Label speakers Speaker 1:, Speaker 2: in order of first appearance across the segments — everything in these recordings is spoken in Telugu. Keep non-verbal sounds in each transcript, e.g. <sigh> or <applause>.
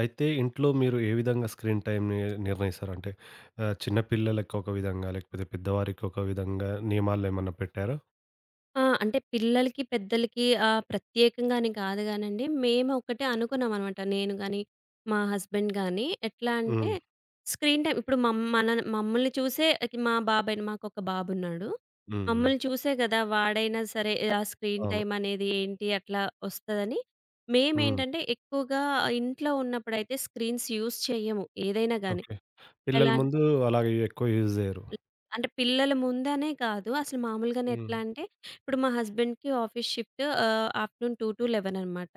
Speaker 1: అయితే ఇంట్లో మీరు ఏ విధంగా స్క్రీన్ టైమ్‌ని నిర్ణయిస్తారు? అంటే చిన్న పిల్లలకి ఒక విధంగా, లేకపోతే పెద్దవారికి ఒక విధంగా నియమాలేమన్నా పెట్టారా?
Speaker 2: ఆ! అంటే పిల్లలకి, పెద్దలకి ప్రత్యేకంగా అని కాదు గానండి. మేము ఒకటే అనుకున్నామనమాట. నేను గాని, మా హస్బెండ్ గాని. ఎట్లా అంటే
Speaker 1: హ్మ్.
Speaker 2: స్క్రీన్ టైమ్ ఇప్పుడు మన మమ్మల్ని చూసే ఇక మా బాబాయిని మాకొక బాబున్నాడు.
Speaker 1: హ్మ్. హ్మ్.
Speaker 2: మమ్మల్ని చూసే కదా! వాడైనా సరే ఆ స్క్రీన్
Speaker 1: అవును.
Speaker 2: టైమ్ అనేది ఏంటి అట్లా వస్తదని,
Speaker 1: హ్మ్.
Speaker 2: మేమేంటంటే ఎక్కువగా ఇంట్లో ఉన్నప్పుడైతే స్క్రీన్స్ యూజ్ చెయ్యము ఏదైనా గాని.
Speaker 1: ఓకే. పిల్లల
Speaker 2: ఎలా
Speaker 1: ముందు అలాగే ఎక్కువ యూజ్ జేయరు.
Speaker 2: అంటే పిల్లల ముందనే కాదు. అసలు మామూలుగానే ఎట్లా
Speaker 1: హ్మ్.
Speaker 2: అంటే, ఇప్పుడు మా హస్బెండ్‌కి ఆఫీస్ షిఫ్ట్ ఆఫ్టర్‌నూన్ 2-11 అనమాట.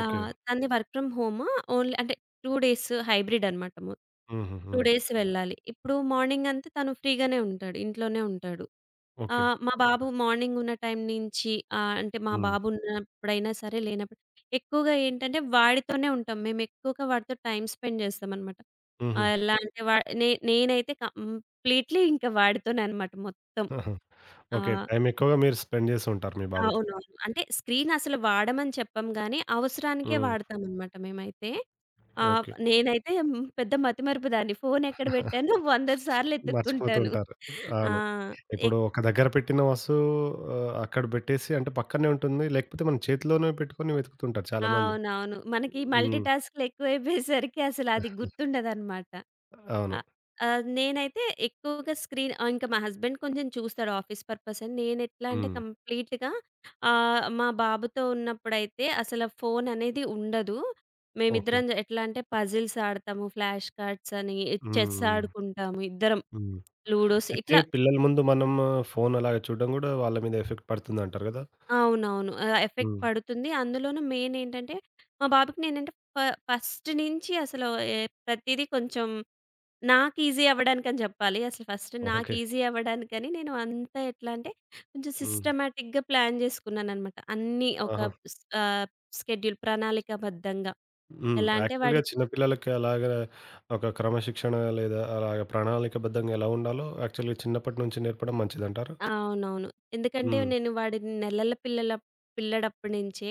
Speaker 1: ఓకే.
Speaker 2: తనది వర్క్ ఫ్రమ్ హోమ్. ఓన్లీ అంటే 2 డేస్ హైబ్రిడ్ అనమాట.
Speaker 1: హుహు.
Speaker 2: 2
Speaker 1: హ్మ్.
Speaker 2: డేస్ వెళ్ళాలి. ఇప్పుడు మార్నింగ్ అంతా తను ఫ్రీగానే ఉంటాడు. ఇంట్లోనే ఉంటాడు.
Speaker 1: ఓకే.
Speaker 2: మా బాబు మార్నింగ్ ఉన్న టైం నుంచి అంటే మా
Speaker 1: హ్మ్.
Speaker 2: బాబు ఉన్నప్పుడైనా సరే, లేనప్పుడు ఎక్కువగా ఏంటంటే వాడితోనే ఉంటాం. మేము ఎక్కువగా వాడితో టైమ్ స్పెండ్ చేస్తామనమాట.
Speaker 1: హుహు.
Speaker 2: ఎలా అంటే వా నే నేనైతే కంప్లీట్‌లీ ఇంక వాడితోననమాట మొత్తం.
Speaker 1: ఆహా! <laughs> ఓకే.
Speaker 2: ఆహ్,
Speaker 1: టైమ్ ఎక్కువగా మీరు స్పెండ్ జేసి ఉంటారు మీ బాబుతో.
Speaker 2: అవునవును. అంటే స్క్రీన్ అసలు వాడమని చెప్పం గానీ, అవసరానికే
Speaker 1: హ్మ్.
Speaker 2: వాడతామనమాట మేమైతే.
Speaker 1: ఓకే.
Speaker 2: నేనైతే పెద్ద మతిమరుపు దాన్ని. ఫోనెక్కడ పెట్టానో 100 సార్లు
Speaker 1: మర్చిపోతూ
Speaker 2: ఎతుక్కుంటాను.
Speaker 1: ఉంటారు.
Speaker 2: ఆ!
Speaker 1: అవును. ఇప్పుడు
Speaker 2: ఎక్
Speaker 1: ఒక దగ్గర పెట్టిన వస్తువు అక్కడ బెట్టేసి అంటే పక్కనే ఉంటుంది. లేకపోతే మన చేతిలోనే పెట్టుకొని వెతుకుతుంటారు చాలామంది.
Speaker 2: అవునవును. మనకి మల్టీ
Speaker 1: హ్మ్.
Speaker 2: టాస్క్‌లు ఎక్కువైపోయేసరికి అసలది గుర్తుండదనమాట.
Speaker 1: అవును.
Speaker 2: ఆహ్, ఆహ్, నేనైతే ఎక్కువగా స్క్రీన్ ఇంకా మా హస్బెండ్ కొంచెం చూస్తాడు ఆఫీస్ పర్పస్ అని. నేనెట్లా అంటే
Speaker 1: హ్మ్.
Speaker 2: కంప్లీట్‌గా మా బాబుతో ఉన్నప్పుడైతే అసల ఫోన్ అనేది ఉండదు.
Speaker 1: ఓకే.
Speaker 2: మేమిద్దరం ఎట్లా అంటే పజిల్స్ ఆడతాము, ఫ్లాష్ కార్డ్స్ అని, చెస్
Speaker 1: హ్మ్. హ్మ్.
Speaker 2: ఆడుకుంటాము ఇద్దరం.
Speaker 1: హ్మ్.
Speaker 2: లూడోస్
Speaker 1: అయితే
Speaker 2: ఇట్లా
Speaker 1: పిల్లల ముందు మనం ఫోన్ అలాగా చూడడం గూడా వాళ్ళ మీద ఎఫెక్ట్ పడుతుందంటారు గదా!
Speaker 2: అవునవును. ఎఫెక్ట్
Speaker 1: హ్మ్.
Speaker 2: పడుతుంది. అందులోనూ మెయిన్ ఏంటంటే, మా బాబుకి నేనంటే ఫస్ట్ నుంచి అసలు ఏ ప్రతీదీ కొంచెం నాకు ఈజీ అవ్వడానికని జెప్పాలి. అసలు ఫస్ట్ నాకు
Speaker 1: ఓకే.
Speaker 2: ఈజీ అవ్వడానికని నేను అంతా ఎట్లా అంటే, కొంచెం
Speaker 1: హ్మ్.
Speaker 2: సిస్టమాటిక్‌గా ప్లాన్ జేసుకున్నాననమాట. అన్నీ ఒక
Speaker 1: ఆహా!
Speaker 2: స్ ఆహ్, స్కెడ్యూల్ ప్రణాళికాబద్ధంగా.
Speaker 1: హ్మ్.
Speaker 2: ఎలా అంటే వాడి
Speaker 1: యాక్చువల్‌గా చిన్న పిల్లలకి అలాగా ఒక క్రమశిక్షణ లేదా అలాగ ప్రణాళికబద్ధంగా ఎలా ఉండాలో యాక్చువల్‌గా చిన్నప్పటి నుంచి నేర్పడం మంచిదంటారా?
Speaker 2: అవునవును. ఎందుకంటే
Speaker 1: హ్మ్.
Speaker 2: నేను వాడిని నెలల పిల్లల పిల్లడప్పటి నుంచే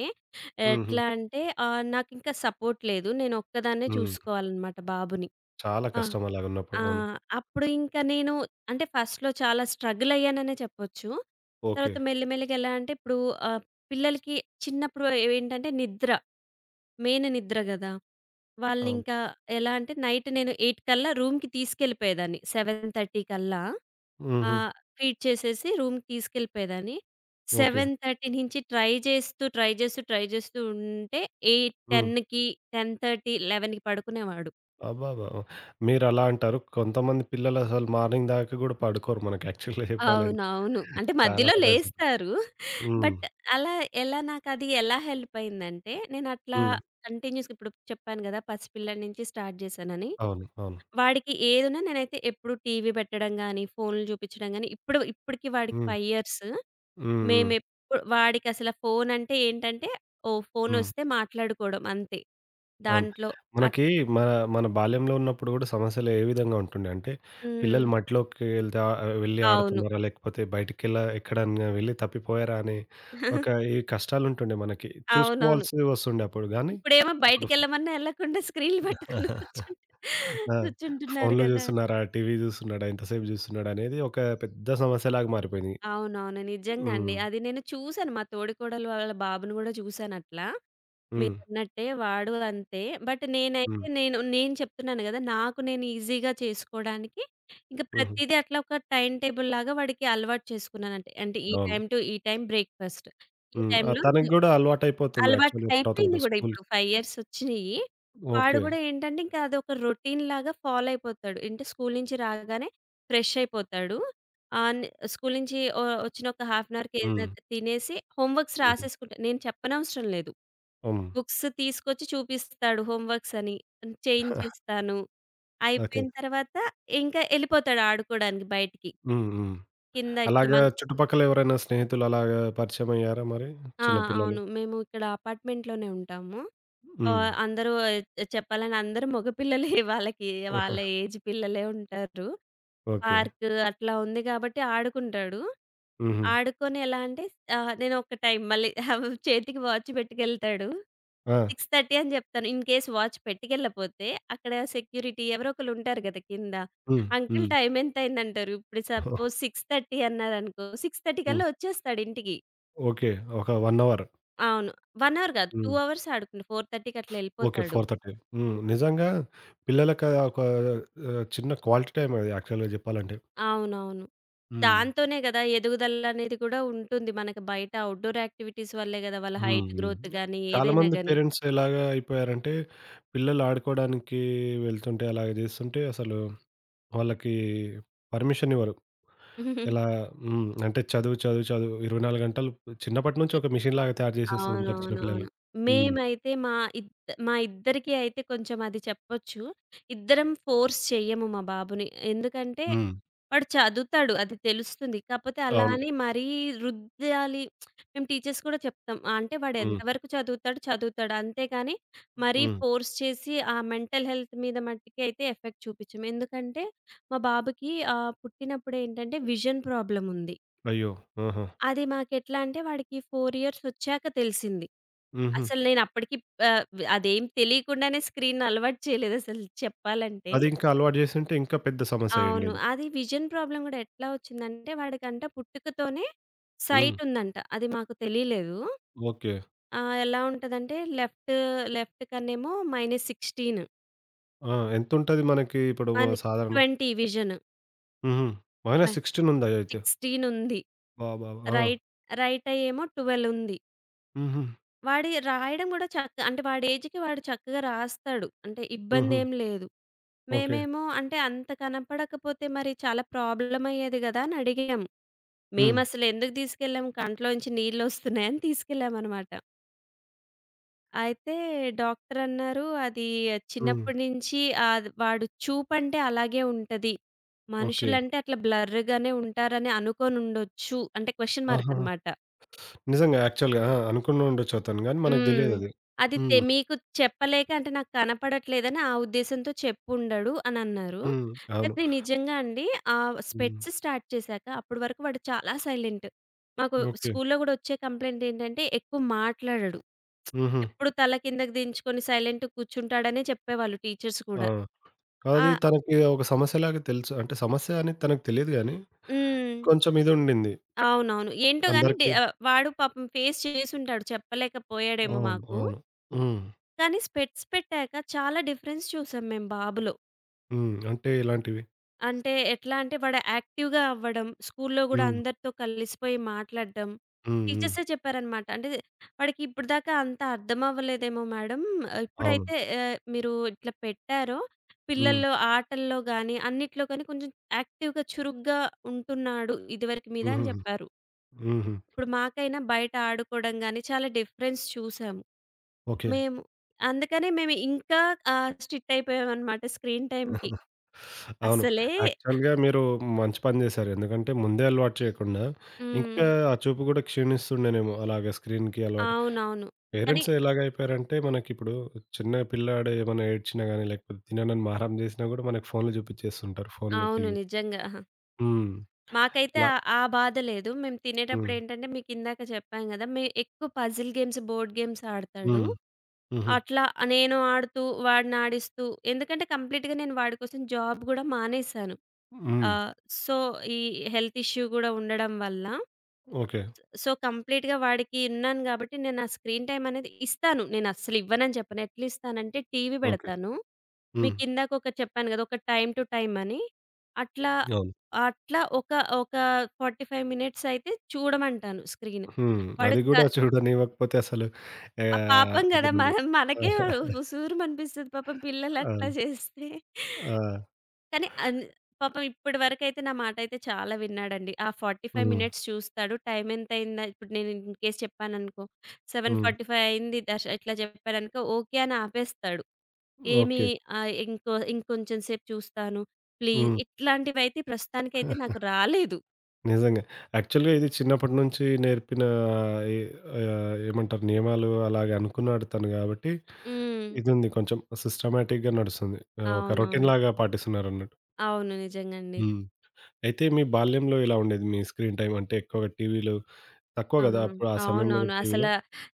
Speaker 1: హుహు.
Speaker 2: ఎట్లా అంటే నాకింకా సపోర్ట్ లేదు. నేను ఒక్కదాన్నే
Speaker 1: హ్మ్.
Speaker 2: చూసుకోవాలనమాట బాబుని.
Speaker 1: చాలా
Speaker 2: ఆ!
Speaker 1: కష్టం అలాగున్నప్పుడు.
Speaker 2: ఆ!
Speaker 1: అవును.
Speaker 2: అప్పుడు ఇంకా నేను అంటే ఫస్ట్‌లో చాలా స్ట్రగుల్ అయ్యాననే చెప్పొచ్చు.
Speaker 1: ఓకే.
Speaker 2: తర్వాత మెల్లిమెల్లిగా ఎలా అంటే ఇప్పుడు ఆహ్, పిల్లలకి చిన్నప్పుడు ఏంటంటే నిద్ర, మెయిన్ నిద్ర గదా!
Speaker 1: అవును.
Speaker 2: వాళ్ళనింకా ఎలా అంటే నైట్ నేను 8 కల్లా రూమ్‌కి తీసుకెళ్ళిపోయేదాన్ని. 7:30 కల్లా
Speaker 1: హుహు.
Speaker 2: ఆహ్, ఫీడ్ చేసేసి రూమ్‌కి తీసుకెళ్ళిపోయేదాన్ని.
Speaker 1: ఓకే.
Speaker 2: 7:30 నుంచి ట్రై చేస్తూ, ట్రై చేస్తూ, ట్రై చేస్తూ ఉంటే 8,
Speaker 1: హ్మ్.
Speaker 2: 10కి 10:30, 11కి పడుకునేవాడు.
Speaker 1: అబ్బబ్బా! మీరలా అంటారు. కొంతమంది పిల్లలసలు మార్నింగ్ దాకా గూడా పడుకోరు మనకి యాక్చువల్‌గా చెప్పాలంటే.
Speaker 2: అవునవును. అంటే
Speaker 1: చాలా
Speaker 2: మధ్యలో
Speaker 1: హతాశం.
Speaker 2: లేస్తారు.
Speaker 1: హ్మ్.
Speaker 2: బట్ అలా ఎలా నాకది ఎలా హెల్ప్ అయిందంటే, నేనట్లా
Speaker 1: హ్మ్.
Speaker 2: కంటిన్యూస్‌గా ఇప్పుడు చెప్పాను గదా! పసిపిల్లాడి నుంచి స్టార్ట్ జేశానని.
Speaker 1: అవును. అవును.
Speaker 2: వాడికి ఏదున్నా నేనైతే ఎప్పుడు టీవీ పెట్టడం గానీ, ఫోన్‌లు చూపిచ్చడం గానీ, ఇప్పుడు ఇప్పటికి వాడికి
Speaker 1: హ్మ్.
Speaker 2: 5 ఇయర్స్.
Speaker 1: హ్మ్. హ్మ్.
Speaker 2: మేమెప్పు వాడికసల ఫోనంటే ఏంటంటే, ఓహ్!
Speaker 1: హ్మ్.
Speaker 2: ఫోనొస్తే మాట్లాడుకోవడం అంతే.
Speaker 1: అవును.
Speaker 2: దాంట్లో అట్
Speaker 1: మనకి మన మన బాల్యంలో ఉన్నప్పుడు గూడా సమస్యలు ఏ విధంగా ఉంటుండే అంటే,
Speaker 2: హ్మ్.
Speaker 1: పిల్లలు మట్టిలోకి ఎళ్తే వెళ్ళి
Speaker 2: అవును.
Speaker 1: ఆడుతున్నారా? లేకపోతే బయటికెళ్ళ ఎక్కడన్నా వెళ్ళి తప్పిపోయారా? అనే ఒక
Speaker 2: <laughs>
Speaker 1: ఈ కష్టాలుంటుండే మనకి.
Speaker 2: అవునవును.
Speaker 1: చూసుకోవాల్సి వస్తుండే అప్పుడు గానీ,
Speaker 2: ఇప్పుడేమో
Speaker 1: ఇప్పుడు
Speaker 2: బయటికెళ్ళమన్నా ఎళ్ళకుండా స్క్రీన్‌లు పట్టుకొని
Speaker 1: <laughs> ఆ!
Speaker 2: కూర్చుంటున్నారు
Speaker 1: ఫోన్‌లో
Speaker 2: గదా!
Speaker 1: జూస్తున్నారా? టీవీ జూస్తున్నాడా? ఎంతసేపు జూస్తున్నాడా? అనేది ఒక పెద్ద సమస్యలాగా మారిపోయింది.
Speaker 2: అవునవును. నిజంగా అండి.
Speaker 1: హ్మ్.
Speaker 2: అది నేను చూసాను. మా తోడికోడలు వాళ్ళ బాబుని గూడా చూసానట్లా.
Speaker 1: హ్మ్.
Speaker 2: మీరన్నట్టే వాడు అంతే. బట్ నేనైతే
Speaker 1: హ్మ్.
Speaker 2: నేను నేను చెప్తున్నాను గదా! నాకు నేను ఈజీగా చేసుకోడానికి ఇంక
Speaker 1: హుహు.
Speaker 2: ప్రతీదీ అట్లా ఒక టైమ్ టేబుల్ లాగా వాడికి అలవాటు చేసుకున్నానంటే. అంటే అంటే ఈ
Speaker 1: అవును.
Speaker 2: టైమ్ టు ఈ టైమ్ బ్రేక్‌ఫాస్ట్. ఈ
Speaker 1: హ్మ్. ఆ!
Speaker 2: టైంలో
Speaker 1: తనకి గూడా అలవాటయిపోతుంది
Speaker 2: అలవాటు
Speaker 1: యాక్చువల్‌గా తర్వాత
Speaker 2: అయిపోయింది
Speaker 1: గూడా
Speaker 2: గూడా
Speaker 1: స్కూల్
Speaker 2: ఇప్పుడు 5 ఇయర్స్ వచ్చినియి. వాడు
Speaker 1: ఓకే.
Speaker 2: గూడా ఏంటంటే, ఇంకా అదొక రొటీన్ లాగా ఫాలో అయిపోతాడు. అంటే స్కూలు నుంచి రాగానే ఫ్రెష్ అయిపోతాడు. ఆ! స్కూలు నుంచి వచ్చిన ఒక హాఫ్ అన్ అవర్‌కి ఏదైనా
Speaker 1: హ్మ్.
Speaker 2: తినేసి హోంవర్క్స్
Speaker 1: హ్మ్.
Speaker 2: రాసేసుకుంటా. నేను చెప్పనవసరం లేదు.
Speaker 1: హ్మ్.
Speaker 2: బుక్స్ తీసుకొచ్చి చూపిస్తాడు హోంవర్క్స్ అని.
Speaker 1: <laughs>
Speaker 2: చేయించేస్తాను.
Speaker 1: ఓకే.
Speaker 2: అయిపోయిన తర్వాత ఇంకా ఎళ్ళిపోతాడు ఆడుకోవడానికి బయటికి.
Speaker 1: హ్మ్. హ్మ్.
Speaker 2: కింద ఇట్లా
Speaker 1: అలాగా
Speaker 2: మన్
Speaker 1: చుట్టుపక్కల ఎవరైనా స్నేహితులు అలాగా పరిచయమయ్యారా మరి?
Speaker 2: ఆ!
Speaker 1: చిన్న పిల్లలు.
Speaker 2: అవును. మేము ఇక్కడ అపార్ట్మెంట్‌లోనే ఉంటాము.
Speaker 1: హ్మ్. <laughs>
Speaker 2: అందరూ చెప్పాలని అందరూ మగ పిల్లలే <laughs> వాళ్ళ
Speaker 1: ఆహా!
Speaker 2: ఏజ్ పిల్లలే ఉంటారు.
Speaker 1: ఓకే.
Speaker 2: పార్క్ అట్లా ఉంది కాబట్టి ఆడుకుంటాడు.
Speaker 1: హుహు.
Speaker 2: ఆడుకొని ఎలా అంటే నేను ఒక టైం మళ్ళీ <laughs> చేతికి వాచ్ పెట్టుకెళ్తాడు.
Speaker 1: ఆ!
Speaker 2: 6:30 అని చెప్తాను. ఇన్ కేస్ వాచ్ పెట్టుకెళ్ళకపోతే అక్కడ సెక్యూరిటీ ఎవరో ఒకళ్ళు ఉంటారు కదా! కింద.
Speaker 1: హ్మ్.
Speaker 2: అంకుల్
Speaker 1: హ్మ్.
Speaker 2: టైమ్ ఎంతయిందంటారు. ఇప్పుడు సపోజ్
Speaker 1: <laughs>
Speaker 2: 6:30 అన్నారనుకో 6:30
Speaker 1: హ్మ్.
Speaker 2: కల్లా వచ్చేస్తాడు ఇంటికి.
Speaker 1: ఓకే. ఒక 1 అవర్.
Speaker 2: అవును. 1 అవర్ కాదు.
Speaker 1: హ్మ్.
Speaker 2: 2 అవర్స్ ఆడుకుండు. 4:30కి అట్లా
Speaker 1: ఓకే.
Speaker 2: వెళ్ళిపోతాడు.
Speaker 1: 4:30. హ్మ్. నిజంగా పిల్లలకి అది ఒక చిన్న క్వాలిటీ టైమ్ అది యాక్చువల్‌గా జెప్పాలంటే.
Speaker 2: అవునవును.
Speaker 1: హ్మ్.
Speaker 2: దాంతోనే గదా! ఎదుగుదలనేది కూడా ఉంటుంది. మనకి బయట అవుట్‌డోర్ యాక్టివిటీస్ వల్లే గదా! వాళ్ళ
Speaker 1: హ్మ్.
Speaker 2: హైట్
Speaker 1: హ్మ్.
Speaker 2: గ్రోత్ గాని, ఏదైనా
Speaker 1: చాలామంది
Speaker 2: గాని.
Speaker 1: పేరెంట్స్ ఎలాగా అయిపోయారంటే, పిల్లలు ఆడుకోవడానికి వెళ్తుంటే అలాగ జేస్తుంటే అసలు వాళ్ళకి పర్మిషన్ ఇవ్వరు. ఇలా
Speaker 2: <laughs>
Speaker 1: హ్మ్. అంటే చదువు, చదువు, చదువు 24 గంటలు చిన్నప్పటి నుంచి ఒక మెషిన్‌లాగా తయారు చేసేస్తూ ఉంటారు
Speaker 2: అవునవునవును.
Speaker 1: చిన్నపిల్లలు. హ్మ్.
Speaker 2: మేమైతే ఇద్ మా ఇద్దరికీ అయితే కొంచెం అది చెప్పొచ్చు. ఇద్దరం ఫోర్స్ చెయ్యము మా బాబుని. ఎందుకంటే
Speaker 1: హ్మ్.
Speaker 2: వాడు చదువుతాడు. అది తెలుస్తుంది. కాపోతే అలా
Speaker 1: అవును.
Speaker 2: అని మరీ రుద్దాలి. మేము టీచర్స్ కూడా చెప్తాం. ఆ, అంటే వాడు
Speaker 1: హ్మ్.
Speaker 2: ఎంతవరకు చదువుతాడు, చదువుతాడు. అంతేగాని మరీ
Speaker 1: హ్మ్.
Speaker 2: ఫోర్స్ చేసి ఆ మెంటల్ హెల్త్ మీద మట్టికి అయితే ఎఫెక్ట్ చూపించము. ఎందుకంటే మా బాబుకి పుట్టినప్పుడు ఏంటంటే విజన్ ప్రాబ్లమ్ ఉంది.
Speaker 1: అయ్యో! ఆహా!
Speaker 2: అది మాకెట్లా అంటే వాడికి 4 ఇయర్స్ వచ్చాక తెలిసింది.
Speaker 1: హుహు.
Speaker 2: అసలు నేను అప్పటికి ఆహ్, అదేం తెలియకుండానే స్క్రీన్ అలవాటు చేయలేదు అసలు చెప్పాలంటే.
Speaker 1: అది ఇంకా అలవాటు చేసుంటే ఇంకా పెద్ద సమస్య
Speaker 2: అవును.
Speaker 1: అయ్యుండేది.
Speaker 2: అది విజన్ ప్రాబ్లమ్ గూడా ఎట్లా వచ్చిందంటే, వాడికంట పుట్టుకతోనే
Speaker 1: హ్మ్.
Speaker 2: సైట్ ఉందంట. అది మాకు తెలీలేదు.
Speaker 1: ఓకే.
Speaker 2: ఎలా ఉంటదంటే లెఫ్ట్ కన్నేమో -16
Speaker 1: ఆ! ఎంతుంటది మనకి ఇప్పుడు
Speaker 2: మనకి
Speaker 1: సాధారణ?
Speaker 2: 20 విజన్.
Speaker 1: హుహు.
Speaker 2: వా
Speaker 1: -16 ఉందా అయితే?
Speaker 2: 16 ఉంది.
Speaker 1: బాబోబ్! ఆ!
Speaker 2: రైట్, రైట్ ఐ ఏమో 12 ఉంది.
Speaker 1: హుహు.
Speaker 2: వాడి రాయడం గూడా అంటే వాడి ఏజ్‌కి వాడు చక్కగా రాస్తాడు. అంటే
Speaker 1: హుహు.
Speaker 2: ఇబ్బందేం లేదు.
Speaker 1: ఓకే.
Speaker 2: మేమేమో అంటే అంత కనపడకపోతే మరి చాలా ప్రాబ్లమ్ అయ్యేది గదా! అని అడిగాం.
Speaker 1: హ్మ్.
Speaker 2: మేమసలు ఎందుకు తీసుకెళ్ళాం కంట్లోంచి నీళ్ళొస్తున్నాయని తీసుకెళ్ళామనమాట. అయితే డాక్టరన్నారు, "అది
Speaker 1: హ్మ్.
Speaker 2: చిన్నప్పటి నుంచి వాడు చూపంటే అలాగే ఉంటది.
Speaker 1: ఓకే.
Speaker 2: మనుషులంటే అట్లా బ్లర్‌గానే ఉంటారని అనుకోనుండొచ్చు." అంటే క్వెషన్ మార్క్
Speaker 1: ఆహాహా!
Speaker 2: అనమాట.
Speaker 1: నిజంగా యాక్చువల్‌గా ఆ! అనుకుని ఉండొచ్చు అతను గానీ మనకు
Speaker 2: హ్మ్.
Speaker 1: తెలియదది.
Speaker 2: అది తె
Speaker 1: హ్మ్.
Speaker 2: మీకు చెప్పలేక అంటే నాకు కనపడట్లేదని ఆ ఉద్దేశంతో చెప్పుండడు అనన్నారు.
Speaker 1: హ్మ్. అవును.
Speaker 2: కానీ నిజంగా అండి
Speaker 1: హ్మ్.
Speaker 2: స్పెట్స్ స్టార్ట్ చేశాక అప్పటి వరకు వాడు చాలా సైలెంట్. మాకు
Speaker 1: ఓకే.
Speaker 2: స్కూల్‌లో గూడా వచ్చే కంప్లెయింట్ ఏంటంటే ఎక్కువ మాట్లాడడు.
Speaker 1: హుహు.
Speaker 2: ఎప్పుడు తల కిందకి దించుకొని సైలెంట్‌గా కూర్చుంటాడనే చెప్పేవాళ్ళు టీచర్స్
Speaker 1: ఆ!
Speaker 2: కూడా. ఆ!
Speaker 1: అది తనకి ఒక సమస్యలాగా తెలుసు. అంటే సమస్య అనేది తనకు తెలియదు గానీ,
Speaker 2: హ్మ్.
Speaker 1: కొంచెం ఇది ఉండింది.
Speaker 2: అవునవును. ఏంటో గాని డె
Speaker 1: అందరికీ
Speaker 2: ఆహ్, వాడు పాపం ఫేస్ చేసుంటాడు చెప్పలేకపోయాడేమో
Speaker 1: అవును.
Speaker 2: మాకు.
Speaker 1: అవును. హ్మ్.
Speaker 2: కానీ స్పెట్స్ పెట్టాక చాలా డిఫరెన్స్ చూసాం మేము బాబులో.
Speaker 1: హ్మ్. అంటే ఇలాంటివి.
Speaker 2: అంటే ఎట్లా అంటే వాడు యాక్టివ్‌గా అవ్వడం, స్కూల్‌లో గూడా
Speaker 1: హ్మ్.
Speaker 2: అందరితో కలిసిపోయి మాట్లాడడం.
Speaker 1: హ్మ్. హ్మ్.
Speaker 2: టీచర్సే చెప్పారనమాట. అంటే వాడికి ఇప్పటిదాకా అంత అర్థం అవ్వలేదేమో మేడం.
Speaker 1: అవును.
Speaker 2: ఇప్పుడైతే మీరు ఇట్లా పెట్టారో
Speaker 1: హ్మ్.
Speaker 2: పిల్లల్లో ఆటల్లో గాని, అన్నిట్లో కానీ కొంచెం యాక్టివ్‌గా చురుగ్గా ఉంటున్నాడు ఇదివరకు మీద అని
Speaker 1: హుహుహు.
Speaker 2: జెప్పారు.
Speaker 1: హుహు.
Speaker 2: ఇప్పుడు మాకైనా బయట ఆడుకోవడం గాని చాలా డిఫరెన్స్ చూసాము.
Speaker 1: ఓకే.
Speaker 2: మేము అందుకనే మేము ఇంకా స్ట్రిక్ట్ అయిపోయామనమాట స్క్రీన్ టైమ్‌కి.
Speaker 1: అవును.
Speaker 2: అస్సలే
Speaker 1: యాక్చువల్‌గా మీరు మంచి పని జేశారు. ఎందుకంటే ముందే అలవాటు చేయకుండా,
Speaker 2: హ్మ్.
Speaker 1: ఇంకా ఆ చూపు గూడా క్షీణిస్తుండేనేమో అలాగా స్క్రీన్‌కి అలవాటు
Speaker 2: అవునవును. కానీ
Speaker 1: పేరెంట్స్ ఎలాగైపోయారంటే మనకిప్పుడు చిన్న పిల్లాడు ఏమైనా ఏడ్చినా గానీ, లేకపోతే తిననని మారం జేసినా గూడా మనకి ఫోన్‌లు జూపిచ్చేస్తుంటారు. ఫోన్‌లు,
Speaker 2: అవును.
Speaker 1: టీవీ.
Speaker 2: నిజంగా. అహా!
Speaker 1: హ్మ్.
Speaker 2: మాకైతే
Speaker 1: అలా.
Speaker 2: ఆ ఆ బాధ లేదు. మేము
Speaker 1: హ్మ్.
Speaker 2: తినేటప్పుడేంటంటే మీకిందాక చెప్పాను గదా! ఎక్కువ పజిల్ గేమ్స్, బోర్డ్ గేమ్స్ ఆడతాడు.
Speaker 1: హ్మ్. హుహు.
Speaker 2: అట్లా నేను ఆడుతూ, వాడినాడిస్తూ ఎందుకంటే కంప్లీట్‌గా నేను వాడి కోసం జాబ్ గూడా మానేశాను.
Speaker 1: హ్మ్.
Speaker 2: ఆహ్, సో, ఈ హెల్త్ ఇష్యూ గూడా ఉండడం వల్ల.
Speaker 1: ఓకే.
Speaker 2: సో, కంప్లీట్‌గా వాడికి ఉన్నాను గాబట్టి నేను ఆ స్క్రీన్ టైమ్ అనేది ఇస్తాను. నేనస్సలివ్వనని చెప్పను. ఎట్లిస్తానంటే టీవీ
Speaker 1: ఓకే.
Speaker 2: బెడతాను
Speaker 1: హ్మ్.
Speaker 2: మీకిందాక ఒకటి చెప్పాను గదా! ఒక టైమ్ టు టైమ్ అని. అట్లా,
Speaker 1: అవును.
Speaker 2: అట్లా ఒక 45 మినిట్స్ అయితే చూడమంటాను స్క్రీన్.
Speaker 1: హ్మ్.
Speaker 2: వాడు
Speaker 1: అది
Speaker 2: క
Speaker 1: గూడా చూడనివ్వకపోతే అసలు
Speaker 2: ఆ పాపం
Speaker 1: ఇది
Speaker 2: గదా!
Speaker 1: ఉండదు.
Speaker 2: మనకే
Speaker 1: <laughs>
Speaker 2: ఉసూరుమనిపిస్తది పాపం పిల్లలట్లా
Speaker 1: అవును.
Speaker 2: చేస్తే.
Speaker 1: ఆ!
Speaker 2: కానీ అన్ పాపం ఇప్పటి వరకైతే నా మాటయితే చాలా విన్నాడండి. ఆ 45
Speaker 1: హ్మ్.
Speaker 2: మినిట్స్ చూస్తాడు. టైం ఎంతయిందా ఇప్పుడు నేను ఇన్‌కేస్ చెప్పాననుకో,
Speaker 1: హ్మ్.
Speaker 2: 7:45 అయింది దర్శ ఇట్లా చెప్పాననుకో ఓకే అని ఆపేస్తాడు. ఏమి
Speaker 1: ఓకే.
Speaker 2: ఇంకో ఇంకొంచెం సేపు చూస్తాను. ప్లీజ్
Speaker 1: హ్మ్.
Speaker 2: ఇట్లాంటివైతే ప్రస్తుతానికైతే నాకు
Speaker 1: <laughs>
Speaker 2: రాలేదు.
Speaker 1: నిజంగా. యాక్చువల్‌గా ఇది చిన్నప్పటి నుంచి నేర్పిన ఎ ఏమంటారు నియమాలు అలాగే అనుకున్నాడు తను గాబట్టి
Speaker 2: హ్మ్.
Speaker 1: ఇదుంది కొంచెం సిస్టమాటిక్‌గా నడుస్తుంది. ఒక రొటీన్
Speaker 2: అవునవును.
Speaker 1: లాగా పాటిస్తున్నారన్నట్టు.
Speaker 2: అవును. నిజంగండి.
Speaker 1: హ్మ్. అయితే మీ బాల్యంలో ఎలా ఉండేది మీ స్క్రీన్ టైమ్? అంటే ఎక్కువగా టీవీలు తక్కువ
Speaker 2: ఆ!
Speaker 1: గదా! అప్పుడు ఆ సమయంలో
Speaker 2: అవునవును.
Speaker 1: గూడా టీవీలు.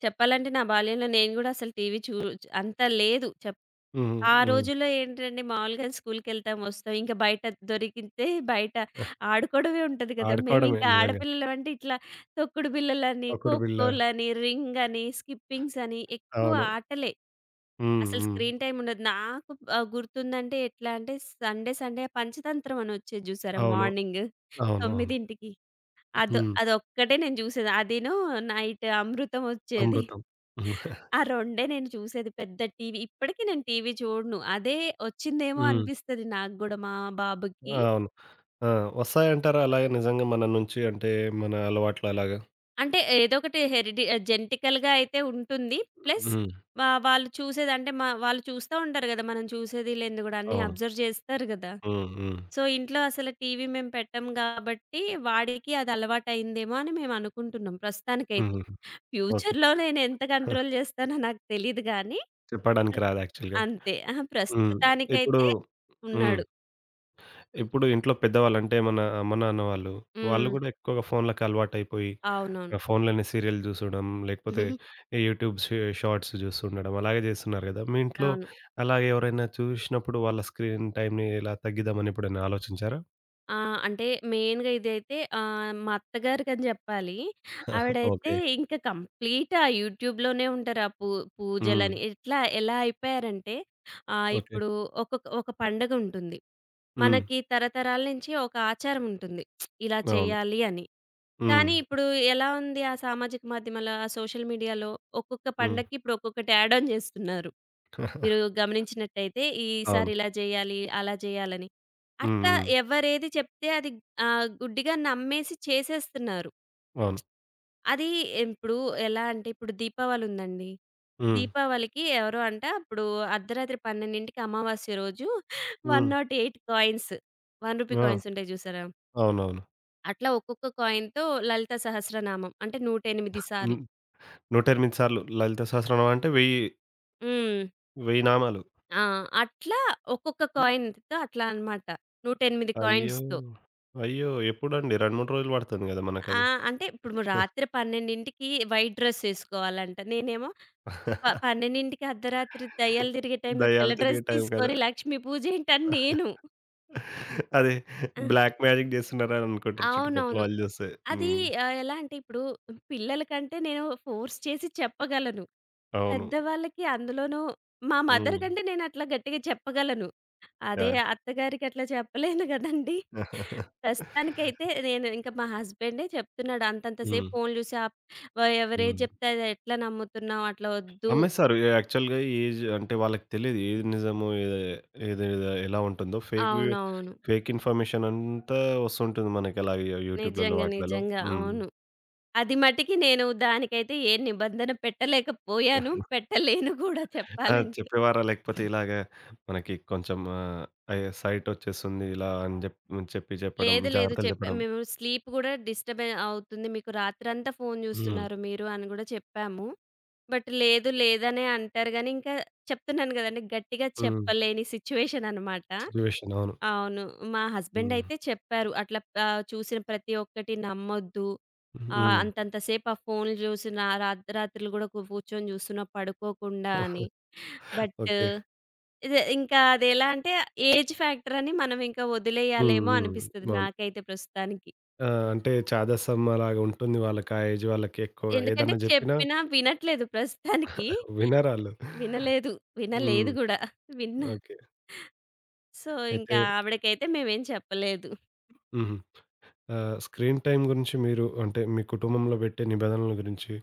Speaker 2: చెప్పాలంటే నా బాల్యంలో నేను గూడా అసలు టీవీ చూ అంత లేదు.
Speaker 1: హ్మ్.
Speaker 2: ఆ
Speaker 1: హ్మ్.
Speaker 2: రోజుల్లో ఏంటంటే మామూలుగా స్కూలుకెళ్తాం, వస్తాం. ఇంకా బయట దొరికితే బయట ఆడుకోవడమే ఉంటది కదా!
Speaker 1: ఆడుకోవడమే
Speaker 2: మేమింకా
Speaker 1: నిజంగా.
Speaker 2: ఆడపిల్లలం అంటే ఇట్లా తొక్కుడు బిళ్ళలని,
Speaker 1: తొక్కుడు బిళ్ళ.
Speaker 2: ఖోఖోలని, రింగని, స్కిప్పింగ్సని ఎక్కువ
Speaker 1: అవును.
Speaker 2: ఆటలే.
Speaker 1: హ్మ్.
Speaker 2: అసలు
Speaker 1: హ్మ్.
Speaker 2: స్క్రీన్ టైమ్ ఉండదు. నాకు గుర్తుందంటే ఎట్లా అంటే సండే పంచతంత్రం అని వచ్చేది చూసారా?
Speaker 1: అవును.
Speaker 2: మార్నింగ్
Speaker 1: అవును. అవును.
Speaker 2: 9కి
Speaker 1: హ్మ్.
Speaker 2: అదొక్కటే నేను చూసేది. అదీను నైట్ అమృతం వచ్చేది.
Speaker 1: అమృతం. హ్మ్.
Speaker 2: ఆ 2 నేను చూసేది పెద్ద టీవీ. ఇప్పటికి నేను టీవీ చూడను. అదే వచ్చిందేమో
Speaker 1: <laughs>
Speaker 2: అనిపిస్తది నాకు గూడా మా బాబుకి.
Speaker 1: అవును. ఆ! వస్తాయంటారా అలాగే నిజంగా మన నుంచి అంటే మన అలవాట్లు అలాగా?
Speaker 2: అంటే ఏదో ఒకటి జెనెటికల్‌గా అయితే ఉంటుంది. ప్లస్
Speaker 1: హ్మ్.
Speaker 2: వాళ్ళు చూసేది అంటే మా వాళ్ళు చూస్తా ఉంటారు గదా! మనం చూసేది లేనిది గూడా అన్నీ
Speaker 1: అవును.
Speaker 2: అబ్జర్వ్ చేస్తారు గదా!
Speaker 1: హ్మ్. హ్మ్.
Speaker 2: సో, ఇంట్లో అసలు టీవీ మేము పెట్టము గాబట్టి, వాడికి అది అలవాటయిందేమో అని మేమనుకుంటున్నాం ప్రస్తుతానికైతే.
Speaker 1: హుహుహు. ఓకే.
Speaker 2: ఫ్యూచర్‌లో నేనెంత
Speaker 1: <laughs>
Speaker 2: కంట్రోల్ జేస్తానో నాకు తెలీదు గానీ ప్ర
Speaker 1: చెప్పడానికి రాదు యాక్చువల్‌గా.
Speaker 2: అంతే. అహా!
Speaker 1: హ్మ్. ఇప్పుడు
Speaker 2: ప్రస్తుతానికైతే
Speaker 1: హ్మ్.
Speaker 2: ఉన్నాడు.
Speaker 1: ఇప్పుడు ఇంట్లో పెద్దవాళ్ళు అంటే మన అమ్మ, నాన్న వాళ్ళు, వాళ్ళు
Speaker 2: హ్మ్.
Speaker 1: గూడా ఎక్కువగా ఫోన్లకి అలవాటయిపోయి
Speaker 2: అవునవును.
Speaker 1: ఫోన్‌లోనే సీరియల్ జూసడం, లేకపోతే యూట్యూబ్ షార్ట్స్ జూస్తుండడం అలాగే జేస్తున్నారు గదా! మీ ఇంట్లో
Speaker 2: అవును.
Speaker 1: అలాగే ఎవరైనా చూసినప్పుడు వాళ్ళ స్క్రీన్ టైమ్‌ని ఎలా తగ్గిద్దామని ఎప్పుడైనా ఆలోచించారా?
Speaker 2: ఆ! అంటే మెయిన్‌గా ఇదైతే మా అత్తగారికని జెప్పాలి. ఆవిడైతే
Speaker 1: ఓకే.
Speaker 2: ఇంక కంప్లీట్ ఆ యూట్యూబ్‌లోనే ఉంటారు. ఆ పూ
Speaker 1: హ్మ్.
Speaker 2: పూజలని ఎట్లా ఎలా అయిపోయారంటే
Speaker 1: ఓకే.
Speaker 2: ఇప్పుడు ఒక పండగుంటుంది.
Speaker 1: హ్మ్.
Speaker 2: మనకి తరతరాల నుంచి ఒక ఆచారం ఉంటుంది. ఇలా
Speaker 1: అవును.
Speaker 2: చేయాలి అని.
Speaker 1: హ్మ్.
Speaker 2: కానీ ఇప్పుడు ఎలా ఉంది ఆ సామాజిక మాధ్యమాల ఆ సోషల్ మీడియాలో ఒక్కొక్క
Speaker 1: హ్మ్.
Speaker 2: పండక్కి ఇప్పుడు ఒక్కొక్కటి యాడ్ ఆన్ చేస్తున్నారు. మీరు గమనించినట్టయితే ఈసారి
Speaker 1: అవును.
Speaker 2: ఇలా చేయాలి, అలా చేయాలని.
Speaker 1: హ్మ్.
Speaker 2: అట్లా
Speaker 1: హ్మ్.
Speaker 2: ఎవరేది చెప్తే అది గుడ్డిగా నమ్మేసి చేసేస్తున్నారు.
Speaker 1: అవును.
Speaker 2: అది ఇప్పుడు ఎలా అంటే ఇప్పుడు దీపావళి ఉందండి.
Speaker 1: హ్మ్.
Speaker 2: దీపావళికి ఎవరో అంట అప్పుడు అర్ధరాత్రి 12కి అమావాస్య రోజు
Speaker 1: హ్మ్.
Speaker 2: 108 కాయిన్స్ రూ. 1
Speaker 1: ఆ!
Speaker 2: కాయిన్స్ ఉంటాయి చూసారా?
Speaker 1: అవునవును.
Speaker 2: అట్లా ఒక్కొక్క కాయిన్‌తో లలిత సహస్రనామం అంటే 108 సార్లు.
Speaker 1: హ్మ్. 108 సార్లు లలిత సహస్రనామం అంటే 1000
Speaker 2: హ్మ్.
Speaker 1: 1000 నామాలు.
Speaker 2: ఆ! అట్లా ఒక్కొక్క కాయిన్‌తో అట్లా అనమాట. 108
Speaker 1: అయ్యో!
Speaker 2: కాయిన్స్‌తో.
Speaker 1: అయ్యో! ఎప్పుడండి? 2, 3 రోజులు పడుతుంది గదా
Speaker 2: ఆ!
Speaker 1: మనకది.
Speaker 2: అంటే ఇప్పుడు రాత్రి 12కి వైట్ డ్రెస్ ఏసుకోవాలంట. నేనేమో
Speaker 1: <laughs>
Speaker 2: 12కి అర్ధరాత్రి దెయ్యాలు తిరిగే టైంలో తెల్ల
Speaker 1: దయ్యాలు తిరిగే
Speaker 2: డ్రెస్
Speaker 1: టైం కదా!
Speaker 2: తీసుకొని లక్ష్మి పూజేంటని నేను.
Speaker 1: <laughs> అదే
Speaker 2: ఆ!
Speaker 1: బ్లాక్ మ్యాజిక్ జేస్తున్నారని అనుకుంటారు చుట్టుపక్కల
Speaker 2: అవునవును.
Speaker 1: వాళ్ళు జూస్తే.
Speaker 2: అది
Speaker 1: హ్మ్.
Speaker 2: ఎలా అంటే ఇప్పుడు పిల్లలకంటే నేను ఫోర్స్ చేసి చెప్పగలను.
Speaker 1: అవును.
Speaker 2: పెద్దవాళ్ళకి అందులోనూ మా మదర్
Speaker 1: హ్మ్.
Speaker 2: కంటే నేను అట్లా గట్టిగా చెప్పగలను. అదే
Speaker 1: యాహ్!
Speaker 2: అత్తగారికి అట్లా చెప్పలేను గదండీ! ప్రస్తుతానికైతే నేను ఇంకా మా హస్బెండే చెప్తున్నాడు. "అంతంత సేపు
Speaker 1: హ్మ్.
Speaker 2: ఫోన్ చూసి ఆప్ వ ఎవరేది
Speaker 1: హ్మ్. <laughs>
Speaker 2: చెప్తే అది ఎట్లా నమ్ముతున్నావు? అట్లా వద్దు."
Speaker 1: నమ్మేస్తారు. యాక్చువల్‌గా ఏజ్ అంటే వాళ్ళకి తెలీదు. ఏది నిజమో ఏది ఏది ఎలా ఉంటుందో ఫేక్
Speaker 2: అవునవును.
Speaker 1: ఫేక్ ఇన్ఫర్మేషన్ అంతా వస్తుంటుంది మనకి అలాగే యూట్యూబ్‌లలో
Speaker 2: నిజంగా.
Speaker 1: వాటిలలో.
Speaker 2: నిజంగా.
Speaker 1: హ్మ్.
Speaker 2: అవును. అది మటికి నేను దానికైతే ఏ నిబంధన పెట్టలేకపోయాను. పెట్టలేను గూడా
Speaker 1: ఆ!
Speaker 2: చెప్పాలంటే.
Speaker 1: చెప్పేవారా? లేకపోతే ఇలాగ మనకి కొంచెం అయ్యో! సైట్ ఒచ్చేస్తుంది ఇలా అని చెప్పి చెప్పడం,
Speaker 2: లేదు లేదు.
Speaker 1: జాగ్రత్తలు
Speaker 2: చెప్పా
Speaker 1: చెప్పడం.
Speaker 2: మేము స్లీప్ గూడా డిస్టర్బ్ అవుతుంది. మీకు రాత్రంతా ఫోను
Speaker 1: హ్మ్.
Speaker 2: జూస్తున్నారు మీరు అని గూడా చెప్పాము. బట్ లేదు, లేదనే అంటారు గానీ, ఇంకా చెప్తున్నాను గదండీ! గట్టిగా
Speaker 1: హ్మ్.
Speaker 2: చెప్పలేని సిచ్యువేషన్ అనమాట.
Speaker 1: సిట్యుయేషన్ అవును.
Speaker 2: అవును. మా హస్బెండ్
Speaker 1: హ్మ్.
Speaker 2: అయితే చెప్పారు. అట్లా చూసిన ప్రతి ఒక్కటి నమ్మొద్దు.
Speaker 1: హ్మ్.
Speaker 2: అంతంత సేపు ఆ ఫోన్‌లు జూసిన రాత్రులు గూడా కూర్చొని జూస్తున్నావు పడుకోకుండా అని.
Speaker 1: <laughs>
Speaker 2: But
Speaker 1: okay.
Speaker 2: ఇదే ఇంకా అదెలా అంటే ఏజ్ ఫ్యాక్టర్ అని మనం ఇంకా
Speaker 1: హ్మ్.
Speaker 2: వదిలేయాలేమో
Speaker 1: హ్మ్.
Speaker 2: అనిపిస్తది
Speaker 1: అవును.
Speaker 2: నాకైతే ప్రస్తుతానికి.
Speaker 1: ఆ! అంటే ఛాదస్తం అలాగా ఉంటుంది వాళ్ళకి. ఆ ఏజ్ వాళ్ళకి ఎక్కువగా
Speaker 2: ఎందుకంటే
Speaker 1: ఏదన్నా జెప్పినా
Speaker 2: చెప్పినా వినట్లేదు ప్రస్తుతానికి.
Speaker 1: <laughs> వినరాళ్ళు.
Speaker 2: వినలేదు. వినలేదు
Speaker 1: హ్మ్.
Speaker 2: గూడా. విన్న
Speaker 1: ఓకే.
Speaker 2: సో,
Speaker 1: అయితే
Speaker 2: ఇంకా ఆవిడకైతే మేమేం చెప్పలేదు.
Speaker 1: హుహు. స్క్రీన్ టైమ్ గురించి మీరు అంటే మీ కుటుంబంలో పెట్టే నిబంధనల గురించి,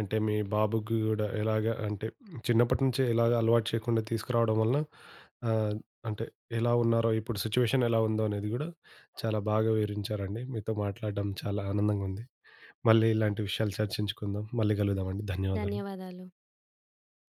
Speaker 1: అంటే మీ బాబుకి గూడా ఎలాగా అంటే చిన్నప్పటి నుంచే ఎలాగ అలవాటు చేయకుండా తీసుకురావడం వలన ఆహ్, అంటే ఎలా ఉన్నారో ఇప్పుడు సిట్యుయేషన్ ఎలా ఉందో అనేది గూడా చాలా బాగా వివరించారండి. మీతో మాట్లాడడం చాలా ఆనందంగా ఉంది. మళ్ళీ ఇలాంటి విషయాలు చర్చించుకుందాం. మళ్ళీ కలుద్దామండి. ధన్యవాదాలు.
Speaker 2: ధన్యవాదాలు.